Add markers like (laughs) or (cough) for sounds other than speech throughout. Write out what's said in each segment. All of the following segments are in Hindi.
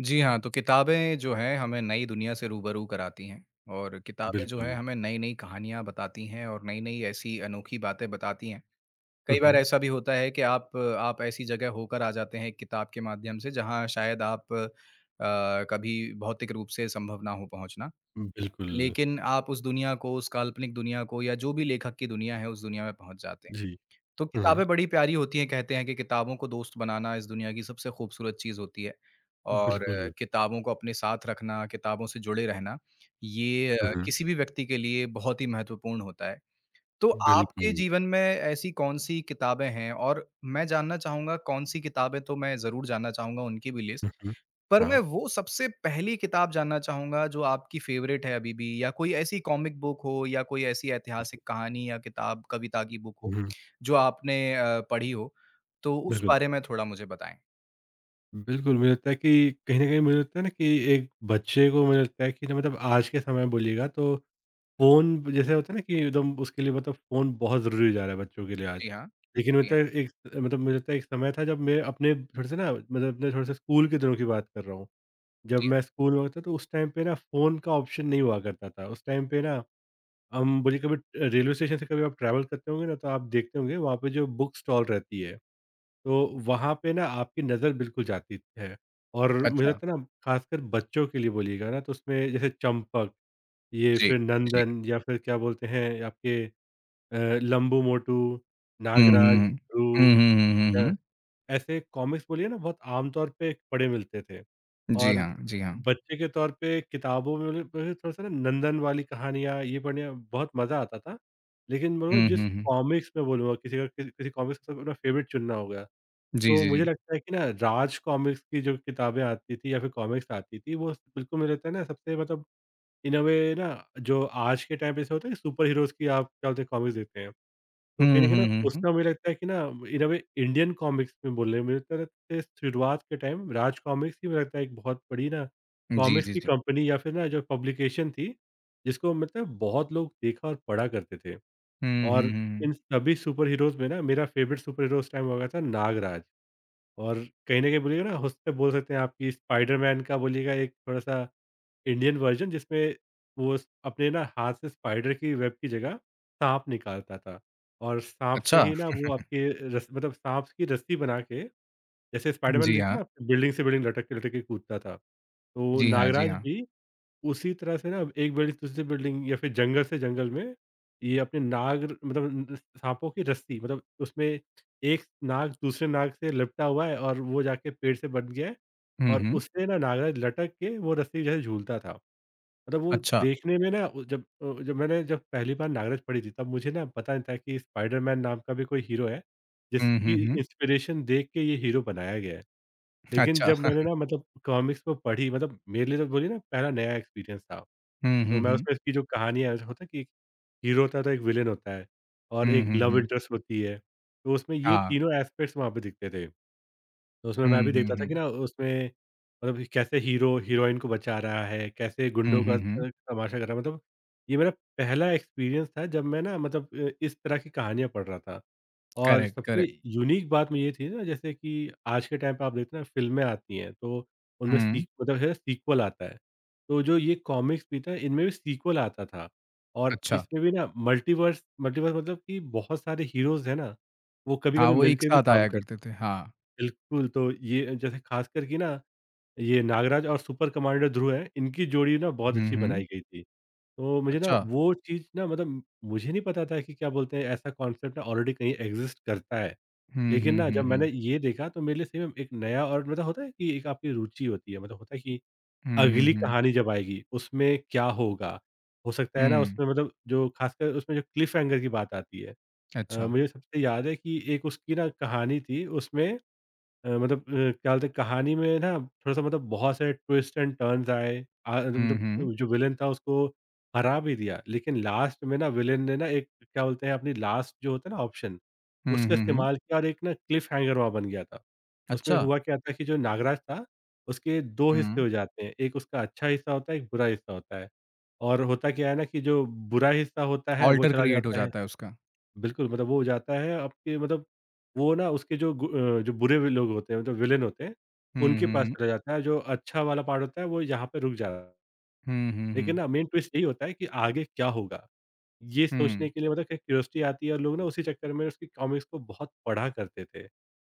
जी हाँ, तो किताबें जो हैं हमें नई दुनिया से रूबरू कराती हैं और किताबें जो हैं बिल्कुल। हमें नई-नई कहानियाँ बताती हैं और नई-नई ऐसी अनोखी बातें बताती हैं। हुँ, कई बार हुँ। ऐसा भी होता है कि आप ऐसी जगह होकर आ जाते हैं एक किताब के माध्यम से जहाँ शायद आप कभी भौतिक रूप से संभव ना हो पहुँचना। बिल्कुल, लेकिन आप उस दुनिया को, उस काल्पनिक दुनिया को या जो भी लेखक की दुनिया है उस दुनिया में पहुँच जाते हैं। जी। तो हुँ, हुँ। किताबें बड़ी प्यारी होती हैं, कहते हैं कि किताबों को दोस्त बनाना इस दुनिया की सबसे खूबसूरत चीज़ होती है और बिल्कुल। किताबों को अपने साथ रखना, किताबों से जुड़े रहना, ये हुँ, हुँ। किसी भी व्यक्ति के लिए बहुत ही महत्वपूर्ण होता है। तो आपके बिल्कुल। जीवन में ऐसी कौन-सी किताबें हैं और मैं जानना चाहूँगा कौन-सी किताबें तो मैं ज़रूर जानना चाहूँगा उनकी भी लिस्ट। हुँ, हुँ। पर मैं हाँ, वो सबसे पहली किताब जानना चाहूँगा जो आपकी फ़ेवरेट है अभी भी या कोई ऐसी कॉमिक बुक हो या कोई ऐसी जी। ऐतिहासिक कहानी या किताब, कविता की बुक हो, हुँ, हुँ। जो आपने पढ़ी हो, तो उस बिल्कुल। बारे में थोड़ा मुझे बताएँ? बिल्कुल, मुझे लगता है कि कहीं न कहीं, मुझे लगता है ना कि एक बच्चे को, मुझे लगता है कि ना, मतलब आज के समय में बोलिएगा तो फ़ोन जैसे होता है ना कि एकदम उसके लिए, मतलब फ़ोन बहुत ज़रूरी हो जा रहा है बच्चों के लिए आज। जी हाँ, लेकिन मुझे जी हाँ, लगता है एक, मतलब मुझे लगता है एक समय था जब मैं अपने थोड़े-से ना, मतलब अपने थोड़े-से स्कूल के दिनों की बात कर रहा हूँ। जब जी हाँ। मैं स्कूल में होता था तो उस टाइम पे ना फ़ोन का ऑप्शन नहीं हुआ करता था। उस टाइम पे ना हम बोलिए कभी रेलवे स्टेशन से कभी आप ट्रैवल करते होंगे ना, तो आप देखते होंगे वहाँ पे जो बुक स्टॉल रहती है, तो वहाँ पे ना आपकी नज़र बिल्कुल जाती है। और मुझे अच्छा, लगता है ना, खासकर बच्चों के लिए बोलिएगा ना, तो उसमें जैसे चंपक, ये जी, फिर जी। नंदन, या फिर क्या बोलते हैं आपके, अ, लंबू मोटू, हुँ, हुँ, नागराज, हुँ। हुँ, ध्रुव, हुँ, हुँ, हुँ, हुँ। ऐसे कॉमिक्स बोलिए ना बहुत आम तौर पे पढ़े मिलते थे। जी और हाँ, जी हाँ। बच्चे के तौर पे किताबों में, मतलब थोड़ा-सा ना नंदन वाली कहानियाँ, ये पढ़ने में बहुत मज़ा आता था। लेकिन बोलूँगा, हुँ, जिस हुँ, हुँ। कॉमिक्स में बोलूँगा, किसी का किसी किसी कॉमिक्स का अपना फेवरेट चुनना होगा, जी, तो जी, मुझे जी। लगता है कि ना राज कॉमिक्स की जो किताबें आती थी, या फिर कॉमिक्स आती थी, वो बिल्कुल मुझे लगता है ना सबसे, मतलब इन अ वे ना, जो आज के टाइम पे ऐसे होता है कि सुपर हीरोज़ की, आप क्या बोलते हैं, कॉमिक्स देखते हैं। तो हुँ, कहीं न कहीं हुँ, ना, हुँ, हुँ। उसका मुझे लगता है कि ना इन अ वे इंडियन कॉमिक्स में बोल रहे हैं, मुझे लगता है कि शुरुआत के टाइम राज कॉमिक्स ही मुझे लगता है एक बहुत बड़ी ना जी, कॉमिक्स जी, की जी। कंपनी, या फिर ना जो पब्लिकेशन थी, जिसको मतलब बहुत लोग देखा और पढ़ा करते थे। हुँ, हुँ, और हुँ, हुँ। इन सभी सुपर हीरोज़ में ना मेरा फेवरेट सुपर हीरो उस टाइम हुआ करता था नागराज। और कहीं न कहीं बोलिएगा ना, उससे बोल सकते हैं आपकी स्पाइडरमैन का बोलिएगा एक थोड़ा-सा इंडियन वर्जन, जिसमें वो स अपने ना हाथ से स्पाइडर की वेब की जगह साँप निकालता था। और साँप से अच्छा, ही ना वो आपके रस, मतलब साँप की रस्सी बना के, जैसे स्पाइडरमैन जी देखते हाँ, हैं ना आप बिल्डिंग से बिल्डिंग लटक के कूदता था। तो जी हाँ, जी नागराज हाँ। भी उसी तरह से ना एक बिल्डिंग से दूसरी बिल्डिंग, या फिर जंगल से जंगल में, ये अपने नाग, मतलब न साँपों की रस्सी, मतलब उसमें एक नाग दूसरे नाग से लिपटा हुआ है, और वो जाके पेड़ से बंध गया है, हुँ, और हुँ। उससे ना नागराज लटक के वो रस्सी जो है झूलता था। मतलब वो अच्छा। देखने में ना, वो जब जब मैंने, जब पहली बार नागराज पढ़ी थी, तब मुझे ना पता नहीं था कि स्पाइडरमैन नाम का भी कोई हीरो है, हुँ, जिसकी हुँ, हुँ। इंस्पिरेशन देख के ये हीरो बनाया गया है। लेकिन अच्छा। जब मैंने (laughs) ना, मतलब कॉमिक्स को पढ़ी, मतलब मेरे लिए तो बोलिए ना पहला नया एक्सपीरियंस था। हुँ, तो हुँ, मैं हुँ। उसमें इसकी जो कहानी है, ऐसा होता है कि एक हीरो होता है, तो एक विलेन होता है, और हुँ, एक हुँ, लव हुँ। इंटरेस्ट होती है। तो उसमें ये हाँ। तीनों एस्पेक्ट्स वहाँ पे दिखते थे। तो उसमें मैं हुँ, भी हुँ, देखता था कि हुँ। ना उसमें, मतलब कैसे हीरो हीरोइन को बचा रहा है, कैसे हुँ, गुंडों का हुँ, हुँ। तमाशा कर रहा है, मतलब ये मेरा पहला एक्सपीरियंस था जब मैं ना, मतलब इस तरह की कहानियाँ पढ़ रहा था। और करेक्ट, सबसे करेक्ट। यूनिक बात में ये थी ना, जैसे कि आज के टाइम पे आप देखते हैं ना फ़िल्में आती हैं, तो उनमें हुँ, सीक मतलब है सीक्वल आता है। तो जो ये कॉमिक्स भी था, इनमें भी सीक्वल आता था, और अच्छा। इसमें भी ना मल्टीवर्स, मल्टीवर्स मतलब कि बहुत सारे हीरोज़ हैं ना, वो हाँ, कभी-कभी वो एक मिलके भी साथ काम आया कर। करते थे। हाँ। बिल्कुल, तो ये जैसे ख़ास कर कि ना, ये नागराज और सुपर कमांडर ध्रुव हैं, इनकी जोड़ी ना बहुत हुँ, अच्छी बनाई हुँ। गई थी। तो मुझे ना अच्छा। वो चीज़ ना, मतलब मुझे नहीं पता था कि क्या बोलते हैं, ऐसा कॉन्सेप्ट ना ऑलरेडी कहीं एग्ज़िस्ट करता है। हुँ, लेकिन हुँ, ना हुँ, जब मैंने हुँ। ये देखा, तो मेरे लिए सही में एक नया, और मतलब होता है कि एक आपकी रुचि होती है, मतलब होता है कि हुँ, हुँ, अगली हुँ। कहानी जब आएगी उसमें क्या होगा? हो सकता है ना हुँ, उसमें, मतलब जो ख़ासकर उसमें जो क्लिफ़ हैंगर की बात आती है। अच्छा। मुझे सबसे याद है कि एक उसकी ना कहानी थी, उसमें मतलब क्या बोलते हैं, कहानी में ना थोड़ा-सा, मतलब बहुत सारे ट्विस्ट एंड टर्न्स आए। आ हुँ, हुँ। मतलब जो विलेन था उसको हरा भी दिया, लेकिन लास्ट में ना विलेन ने ना एक, क्या बोलते हैं, अपनी लास्ट जो होता है ना ऑप्शन, हुँ, उसका हुँ, हुँ। इस्तेमाल किया, और एक ना क्लिफ हैंगर वहाँ बन गया था। उसमें अच्छा। हुआ क्या था कि जो नागराज था, उसके 2 हिस्से हुँ। हो जाते हैं, एक उसका अच्छा हिस्सा होता है, एक बुरा हिस्सा होता है। और होता क्या है ना कि जो बुरा हिस्सा होता है वो ऑल्टर चला क्रिएट हो जाता है। जाता है उसका। बिल्कुल, मतलब वो हो जाता है आपके, मतलब वो ना उसके जो गु जो बुरे वि लोग होते हैं, मतलब विलेन होते हैं, हुँ, उनके हुँ, पास हुँ। चला जाता है, जो अच्छा वाला पार्ट होता है वो यहाँ पे रुक जाता है। हुँ, हुँ, लेकिन हुँ। ना मेन ट्विस्ट यही होता है कि आगे क्या होगा? ये सोचने हुँ। के लिए, मतलब कि क्यूरियोसिटी आती है, और लोग ना उसी चक्कर में उसकी कॉमिक्स को बहुत पढ़ा करते थे।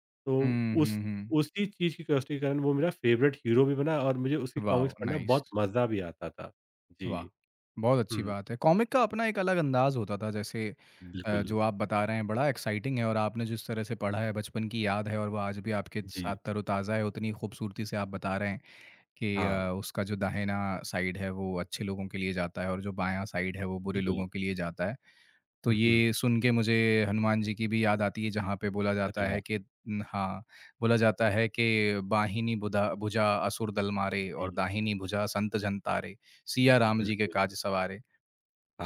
तो हुँ, उस हुँ, हुँ। उसी चीज़ की क्यूरियोसिटी के कारण वो मेरा फेवरेट हीरो भी बना, और मुझे उसकी वाओ! कॉमिक्स पढ़ना बहुत नाइस। मज़ा भी आता था। वाह! जी। बहुत अच्छी हुँ, बात है। कॉमिक का अपना एक अलग अंदाज़ होता था जैसे बिल्कुल। जो आप बता रहे हैं बड़ा एक्साइटिंग है और आपने जिस तरह से पढ़ा है बचपन की याद है और वो आज भी आपके साथ जी। तरोताज़ा है उतनी खूबसूरती से आप बता रहे हैं कि हाँ, उसका जो दाहिना साइड है वो अच्छे लोगों के लिए जाता है और जो बायाँ साइड है वो बुरे बिल्कुल। लोगों के लिए जाता है। (laughs) तो हुँ, हुँ। ये सुन के मुझे हनुमान जी की भी याद आती है जहाँ पे बोला जाता अरे है वाह! कि न- हाँ बोला जाता है कि बाहिनी बुधा भुजा असुर दल मारे और जी। दाहिनी भुजा संत जन तारे सिया राम जी के बिल्कुल, काज सवारे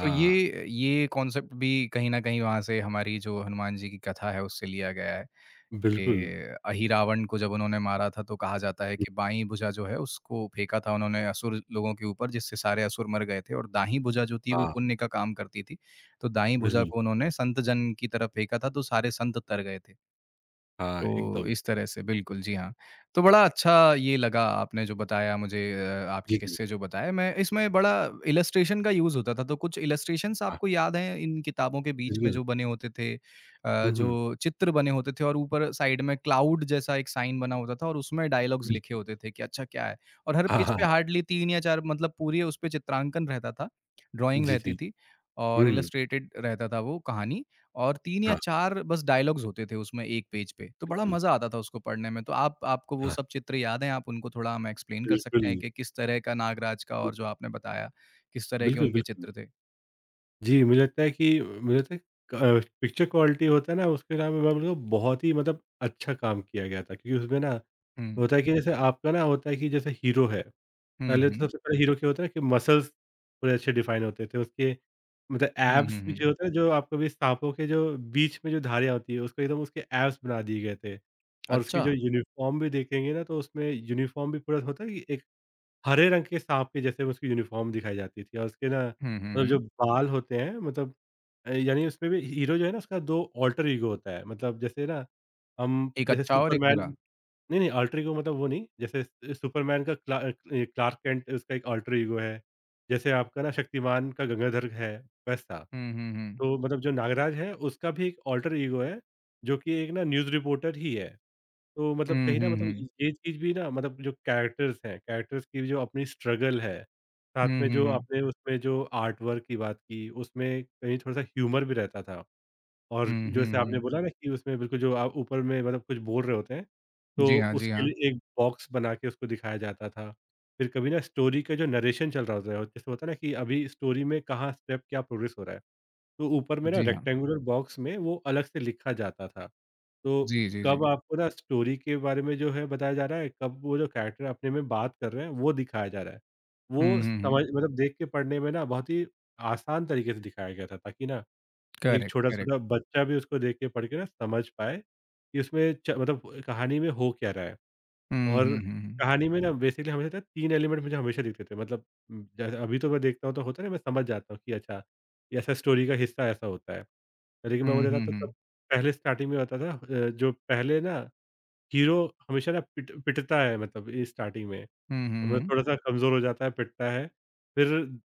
तो ये कॉन्सेप्ट भी कहीं ना कहीं वहाँ से हमारी जो हनुमान जी की कथा है उससे लिया गया है बिल्कुल। ये अहि रावण को जब उन्होंने मारा था तो कहा जाता है कि बाईं भुजा जो है उसको फेंका था उन्होंने असुर लोगों के ऊपर जिससे सारे असुर मर गए थे और दाहिनी भुजा जो थी वो हाँ, पुण्य का काम करती थी। तो दाईं भुजा बिल्कुल, को उन्होंने संत जन की तरफ फेंका था तो सारे संत तर गए थे। हाँ, तो एकदम। इस तरह से बिल्कुल, जी हाँ। तो बड़ा अच्छा ये लगा आपने जो बताया मुझे आपके जी, जी, किस्से जो बताए। मैं इसमें बड़ा इलस्ट्रेशन का यूज़ होता था, तो कुछ इलस्ट्रेशंस हाँ, आपको याद हैं इन किताबों के बीच में बिल्कुल। जो बने होते थे हुँ, हुँ, जो चित्र बने होते थे और ऊपर साइड में क्लाउड जैसा एक साइन बना होता था और उसमें डायलॉग्स लिखे बिल्कुल। होते थे कि अच्छा क्या है? और हर हाँ, पेज हाँ, पे हाँ। हार्डली 3 या 4 मतलब पूरी उसपे चित्रांकन रहता था, ड्राइंग जी, रहती जी। थी और हुँ, इलस्ट्रेटेड रहता था वो कहानी। और 3 या हाँ, 4 बस डायलॉग्स होते थे उसमें 1 पेज पे, तो बड़ा बिल्कुल, मज़ा आता था उसको पढ़ने में। तो आप आपको वो हाँ, सब चित्र याद हैं? आप उनको थोड़ा हमें एक्सप्लेन कर सकते बिल्कुल। हैं कि किस तरह का नागराज का हुँ, और जो आपने बताया, किस तरह के बिल्कुल, उनके बिल्कुल। चित्र थे? जी, मुझे लगता है कि मुझे लगता है क पिक्चर क्वालिटी होता है ना, उसके नाम में, मतलब बहुत ही, मतलब अच्छा काम किया गया था, क्योंकि उसमें ना हुँ। होता है कि जैसे आपका ना, होता है कि जैसे हीरो है, हुँ, पहले तो हुँ। सबसे पहले हीरो क्या होता है कि मसल्स थोड़े अच्छे डिफाइन होते थे उसके, मतलब हुँ, हुँ, एब्स भी हुँ। जो होता है, जो आपको भी साँपों के जो बीच में जो धारियाँ होती है उसको एकदम उसके एब्स बना दिए गए थे। और उसकी अच्छा। जो यूनिफ़ॉर्म भी देखेंगे ना, तो उसमें यूनिफ़ॉर्म भी पूरा होता है कि एक हरे रंग के साँप के जैसे उसकी यूनिफ़ॉर्म दिखाई जाती थी, और उसके ना, हुँ, हुँ, मतलब हुँ। जो बाल होते हैं, मतलब यानी उसमें भी हीरो जो है ना उसका 2 अल्टर ईगो होता है, मतलब जैसे ना हम, एक जैसे अच्छा और एक सुपरमैन, बुरा। नहीं, नहीं, अल्टर ईगो मतलब वो नहीं, जैसे स सुपरमैन का क्ला ये क्लार्क केंट उसका एक अल्टर ईगो है। जैसे आपका ना शक्तिमान का गंगाधर है, वैसा। हुँ, हुँ, हुँ। तो मतलब जो नागराज है उसका भी एक अल्टर ईगो है, जो कि एक ना न्यूज़ रिपोर्टर ही है। तो मतलब हुँ, कहीं न, हुँ, मतलब हुँ। ये चीज़ भी ना, मतलब जो कैरेक्टर्स हैं, कैरेक्टर्स की जो अपनी स्ट्रगल है, साथ हुँ, में हुँ, जो हुँ। आपने उसमें जो आर्ट वर्क की बात की, उसमें कहीं थोड़ा-सा ह्यूमर भी रहता था। और हुँ, जो हुँ, जैसे आपने हुँ। बोला ना कि उसमें बिल्कुल जो आप ऊपर में, मतलब कुछ बोल रहे होते हैं, जी तो हाँ, जी उसके हाँ। लिए एक बॉक्स बना के उसको दिखाया जाता था। फिर कभी ना स्टोरी का जो नरेशन चल रहा होता है, जैसे होता है ना कि अभी स्टोरी में कहाँ स्टेप, क्या प्रोग्रेस हो रहा है, तो ऊपर में ना जी हाँ। रेक्टेंगुलर बॉक्स में वो अलग से लिखा जाता था। तो जी, जी, जी। कब आपको ना स्टोरी के बारे में जो है बताया जा रहा है, कब वो जो कैरेक्टर अपने में बात कर रहे हैं, वो दिखाया जा रहा है। हुँ, वो हुँ, हुँ। समझ, मतलब देख के पढ़ने में ना बहुत ही आसान तरीके से दिखाया गया था, ताकि ना एक करेक्ट, करेक्ट। छोटा-छोटा बच्चा भी उसको देख के, पढ़ के ना समझ पाए कि उसमें च मतलब कहानी में हो क्या रहा है। हुँ, और हुँ, हुँ, हुँ। कहानी में ना बेसिकली हमें लगता है 3 एलिमेंट मुझे हमेशा दिखते थे, मतलब जैसे अभी तो मैं देखता हूँ तो होता है ना, मैं समझ जाता हूँ कि अच्छा, ये ऐसा स्टोरी का हिस्सा ऐसा होता है। लेकिन मैं वो हुँ, देखा हुँ, था तब, हुँ। पहले स्टार्टिंग में होता था जो पहले ना हीरो हमेशा ना पिटता है, मतलब ये स्टार्टिंग में। हुँ, हुँ, मतलब हुँ। थोड़ा-सा कमज़ोर हो जाता है, पिटता है, फिर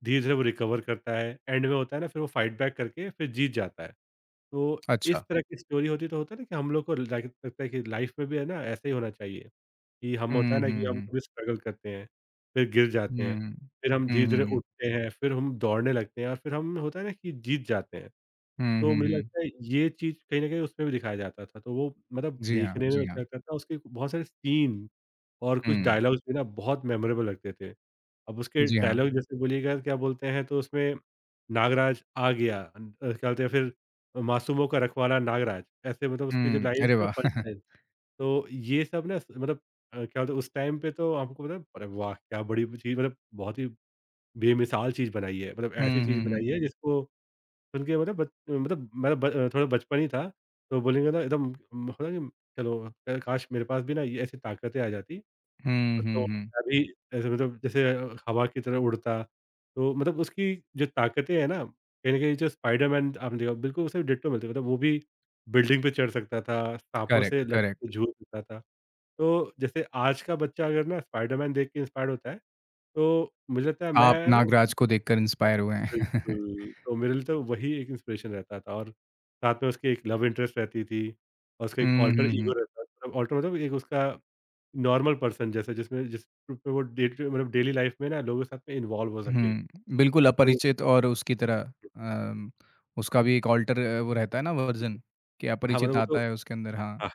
धीरे-धीरे वो रिकवर करता है, एंड में होता है ना फिर वो फाइट बैक करके फिर जीत जाता है। तो इस अच्छा। तरह की स्टोरी होती है, तो होता है ना कि हम लोग को लग लगता है कि लाइफ में भी है ना ऐसा ही होना चाहिए, कि हम होता हुँ, है ना कि हुँ, हम हुँ। कभी स्ट्रगल करते हैं, फिर गिर जाते हैं, हुँ। फिर हम हुँ, हुँ, धीरे-धीरे हुँ। उठते हैं, फिर हम दौड़ने लगते हैं और फिर हम होता है ना कि जीत जाते हैं। हुँ, तो हुँ, मुझे हुँ। लगता है ये चीज़ कहीं न कहीं उसमें भी दिखाया जाता था, तो वो मतलब जी हाँ, देखने में जी अच्छा हाँ। लगता था उसके बहुत सारे सीन और कुछ हुँ, डायलॉग्स भी ना बहुत मेमोरेबल लगते थे। अब उसके जी हाँ। डायलॉग जैसे बोलिएगा क्या बोलते हैं तो उसमें नागराज आ गया, क्या बोलते हैं, फिर मासूमों का रखवाला नागराज, ऐसे मतलब उसके जो हुँ, लाइन्स अरे ना वाह! Punch (laughs) line. तो ये सब ना मतलब क्या बोलते हैं उस टाइम पे तो हमको मतलब, अरे वाह! क्या बड़ी चीज़, मतलब बहुत ही बेमिसाल चीज़ बनाई है। मतलब ऐसी हुँ, चीज़ हुँ, हुँ। बनाई है जिसको सुन के मतलब बच मतलब थोड़ा बचपन ही था तो बोलेंगे ना एकदम, होता है कि चलो काश मेरे पास भी ना ये ऐसी ताकतें आ जाती। हुँ, तो हुँ, हुँ। अभी ऐसे मतलब जैसे हवा की तरह उड़ता, तो मतलब उसकी जो ताकतें हैं ना, कहीं न कहीं जो स्पाइडरमैन आपने देखा बिल्कुल उसे डिट्टो मिलती है, मतलब वो भी बिल्डिंग पे चढ़ सकता था, साँपों करेक्ट, से लटक के करेक्ट। झूल सकता था। तो जैसे आज का बच्चा अगर ना स्पाइडरमैन देख के इंस्पायर्ड होता है, तो मुझे लगता है आप मैं ना नागराज को देखकर इंस्पायर हुए हैं। (laughs) बिल्कुल, तो मेरे लिए तो वही एक इंस्पिरेशन रहता था और साथ में उसकी एक लव इंटरेस्ट रहती थी और उसका एक हुँ, अल्टर हुँ, ईगो हुँ। रहता था। अल्टर मतलब एक उसका नॉर्मल पर्सन जैसा, जिस पे वो डे टू मतलब डेली लाइफ में ना लोगों के साथ में इन्वॉल्व हो सके। हुँ, बिल्कुल तो अपरिचित और उसकी तरह अम, उसका भी एक अल्टर वो रहता है ना वर्ज़न कि हाँ, मतलब अपरिचित वो आता तो है उसके अंदर। हाँ, हाँ।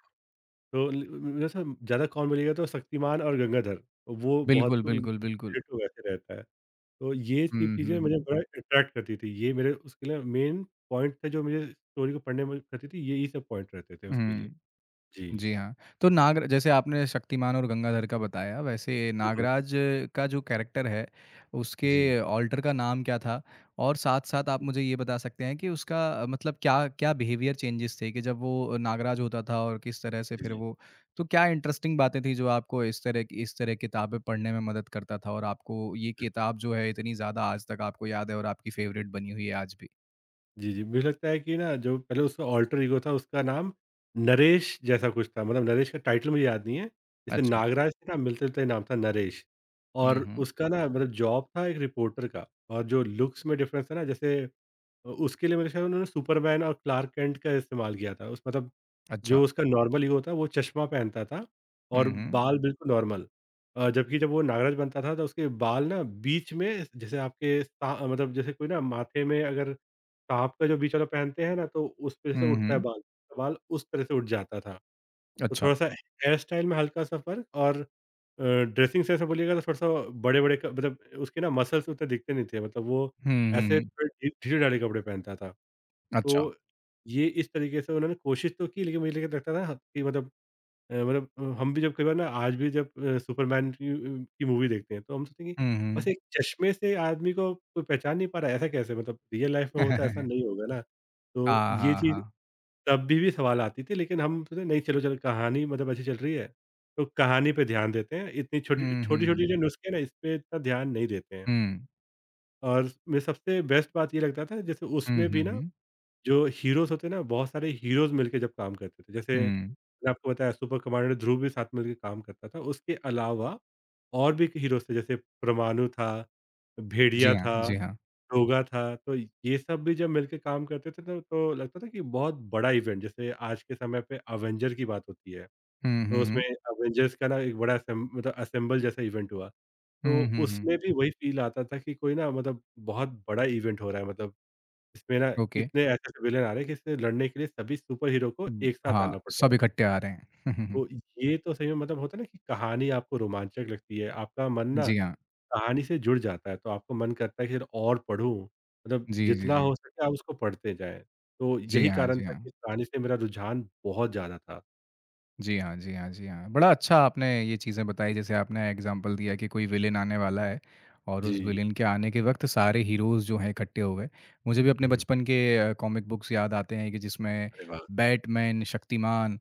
तो ल मेरे से ज़्यादा कौन बोलेगा, तो शक्तिमान और गंगाधर, वो बहुत बिल्कुल, बिल्कुल, बिल्कुल। related वैसे रहता है। तो ये सब हुँ, हुँ, चीज़ें मुझे हुँ। बड़ा अट्रैक्ट करती थी। ये मेरे उसके लिए मेन पॉइंट थे जो मुझे स्टोरी को पढ़ने में करती थी, यही सब पॉइंट रहते थे उसके लिए। हुँ। जी। जी हाँ, तो नागर जैसे आपने शक्तिमान और गंगाधर का बताया, वैसे हुँ, हुँ। नागराज का जो कैरेक्टर है, जी। उसके ऑल्टर का नाम क्या था? और साथ-साथ आप मुझे ये बता सकते हैं कि उसका मतलब क्या क्या बिहेवियर चेंजेस थे कि जब वो नागराज होता था और किस तरह से जी, फिर जी। वो तो क्या इंटरेस्टिंग बातें थी जो आपको इस तरह की इस तरह किताबें पढ़ने में मदद करता था और आपको ये किताब जो है इतनी ज़्यादा आज तक आपको याद है और आपकी फेवरेट बनी हुई है आज भी? जी, जी। मुझे लगता है कि ना जो पहले उसका अल्टर ईगो था उसका नाम नरेश जैसा कुछ था, मतलब नरेश का टाइटल मुझे याद नहीं है। जैसे अच्छा। नागराज से ना मिलते-जुलता ही नाम था, नरेश। हुँ, और हुँ। उसका ना मतलब जॉब था एक रिपोर्टर का, और जो लुक्स में डिफ़रेंस था ना, जैसे उसके लिए मेरे ख़्याल में उन्होंने सुपरमैन और क्लार्क कैंट का इस्तेमाल किया था। उस मतलब अच्छा। जो उसका नॉर्मल हीरो था वो चश्मा पहनता था और हुँ, हुँ। बाल बिल्कुल नॉर्मल, जबकि जब वो नागराज बनता था तो उसके बाल ना बीच में, जैसे आपके सा मतलब जैसे कोई ना माथे में अगर सांप का जो बीच वाला पहनते हैं ना, तो उस पे जैसे हुँ, उठता है हुँ। बाल, तो बाल उस तरह से उठ जाता था। तो अच्छा। थोड़ा-सा हेयर स्टाइल में हल्का-सा फ़र्क, और ड्रेसिंग सेंस में बोलिएगा तो थोड़ा-सा बड़े-बड़े क मतलब उसके ना मसल्स उतने दिखते नहीं थे, मतलब वो हुँ, हुँ, ऐसे हुँ। थोड़े ढी ढीले-ढाले कपड़े पहनता था। अच्छा, तो ये इस तरीके से उन्होंने कोशिश तो की, लेकिन मुझे लेकिन लगता था हाँ, कि मतलब मतलब हम भी जब कई बार ना आज भी जब सुपरमैन की की मूवी देखते हैं तो हम सोचते हैं कि हुँ, हुँ। बस एक चश्मे से आदमी को कोई पहचान नहीं पा रहा है, ऐसा कैसे, मतलब रियल लाइफ में होता है ऐसा नहीं (laughs) होगा ना, तो हाँ, ये हाँ, चीज़ हाँ। तब भी सवाल आती थी, लेकिन हम सोचे नहीं, चलो चलो कहानी मतलब अच्छी चल रही है तो कहानी पे ध्यान देते हैं, इतनी छोटी हुँ, हुँ, छोटी छोटी हुँ। जो नुस्खे हैं ना इस पे इतना ध्यान नहीं देते हैं। हुँ। और मेरे सबसे बेस्ट बात ये लगता था, जैसे हुँ, उसमें हुँ, भी ना हुँ। जो हीरोज़ होते हैं ना, बहुत सारे हीरोज़ मिलके जब काम करते थे। जैसे हुँ। मैंने आपको बताया, सुपर कमांडर ध्रुव भी साथ मिलके काम करता था। उसके अलावा और भी हीरोज़ थे, जैसे परमाणु था, जी भेड़िया हाँ, था, जी हाँ। रोगा था। तो ये सब भी जब मिलके काम करते थे तो लगता था कि बहुत बड़ा इवेंट, जैसे आज के समय पे अवेंजर की बात होती है। हुँ, तो हुँ, हुँ। उसमें अवेंजर्स का ना एक बड़ा असेम मतलब असेंबल जैसा इवेंट हुआ। तो हुँ, हुँ, हुँ। उसमें भी वही फ़ील आता था कि कोई ना मतलब बहुत बड़ा इवेंट हो रहा है, मतलब इसमें ना ओके। इतने ऐसे-ऐसे विलेन आ रहे हैं कि इससे लड़ने के लिए सभी सुपर हीरो को हुँ, एक साथ हाँ, आना पड़ रहा सब है। इकट्ठे आ रहे हैं। (laughs) तो ये तो सही में मतलब होता है ना कि कहानी आपको रोमांचक लगती है, आपका मन ना जी हाँ। कहानी से जुड़ जाता है, तो आपको मन करता है कि यार और पढूँ, मतलब जी, जी, जितना जी। हो सके आप उसको पढ़ते जाएँ। तो जी यही हाँ, कारण जी था कि हाँ। इस कहानी से मेरा रुझान बहुत ज़्यादा था। जी हाँ, जी हाँ, जी हाँ। बड़ा अच्छा आपने ये चीज़ें बताई जैसे आपने एग्ज़ाम्पल दिया कि कोई विलेन आने वाला है और उस जी। विलेन के आने के वक़्त सारे हीरोज़ जो हैं इकट्ठे हो गए। मुझे भी अपने हुँ। बचपन के कॉमिक बुक्स याद आते हैं कि जिसमें अरे वाह! बैटमैन, शक्तिमान,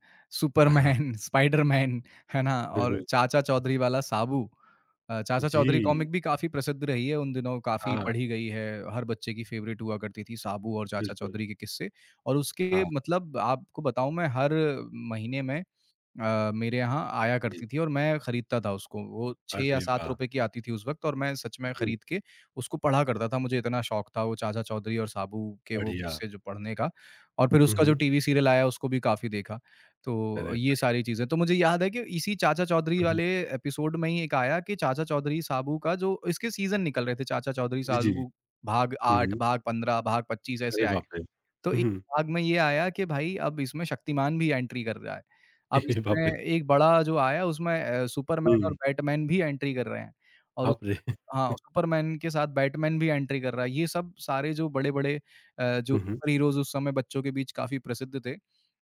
हाँ। सुपरमैन, (laughs) स्पाइडरमैन, है ना? और बिल्कुल। चाचा चौधरी वाला साबू। चाचा जी। चौधरी कॉमिक भी काफ़ी प्रसिद्ध रही है उन दिनों, काफ़ी हाँ, पढ़ी गई है। हर बच्चे की फ़ेवरेट हुआ करती थी साबू और चाचा बिल्कुल। चौधरी के किस्से और उसके हाँ, मतलब आपको बताऊँ मैं हर महीने में मेरे यहाँ आया जी। करती थी और मैं खरीदता था उसको। वो 6 या अरे 7 वाह! रुपए की आती थी उस वक़्त और मैं सच में हुँ। खरीद के उसको पढ़ा करता था। मुझे इतना शौक था वो चाचा चौधरी और साबू के वो बढ़िया। किस्से जो पढ़ने का और फिर हुँ, उसका जो हुँ। टीवी सीरियल आया उसको भी काफ़ी देखा। तो अरे ये बढ़िया। सारी चीज़ें तो मुझे याद है कि इसी चाचा चौधरी हुँ, हुँ। वाले एपिसोड में ही एक आया कि चाचा चौधरी साबू का जो इसके सीज़न निकल रहे थे, चाचा चौधरी जी, जी। साबू भाग हुँ, 8, हुँ। भाग 15, भाग 25 ऐसे अरे आए। बाप रे! तो एक हुँ, भाग में ये आया कि भाई अब इसमें शक्तिमान भी एंट्री कर रहा है। अब (laughs) हुँ। बाप रे! इसमें एक बड़ा जो आया उसमें सुपरमैन और हुँ। बैटमैन भी एंट्री कर रहे हैं और बाप उसमें रे! हाँ, सुपरमैन के साथ बैटमैन भी एंट्री कर रहा है। ये सब सारे जो बड़े-बड़े जो हुँ, हुँ। सुपर हीरोज़ उस समय बच्चों के बीच काफ़ी प्रसिद्ध थे।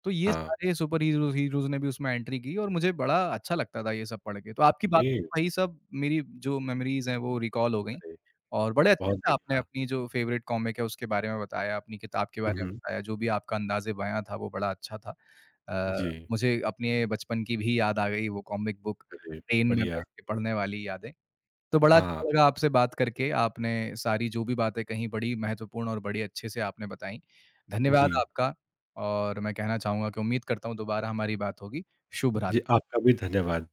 तो ये हाँ, सारे सुपर हीरोज़ हीरोज़ ने भी उसमें एंट्री की और मुझे बड़ा अच्छा लगता था ये सब पढ़ के। तो आपकी बातों से ये वही सब मेरी जो मेमोरीज़ हैं वो रिकॉल हो गईं अरे! और बड़े अच्छे बहुत से आपने बढ़िया। अपनी जो फ़ेवरेट कॉमिक है उसके बारे में बताया, अपनी किताब के हुँ, बारे में हुँ। बताया, जो भी आपका अंदाज़े-बयाँ था वो बड़ा अच्छा था। अ, जी, मुझे अपने बचपन की भी याद आ गई वो कॉमिक बुक, अरे! ट्रेन में बैठ बढ़िया। के पढ़ने वाली यादें। तो बड़ा हाँ, अच्छा लगा आपसे बात करके, आपने सारी जो भी बातें कहीं बड़ी महत्वपूर्ण और बड़ी अच्छे से आपने बताई। धन्यवाद जी। आपका और मैं कहना चाहूँगा कि उम्मीद करता हूँ दोबारा हमारी बात होगी। शुभ रात्रि। जी, आपका भी धन्यवाद।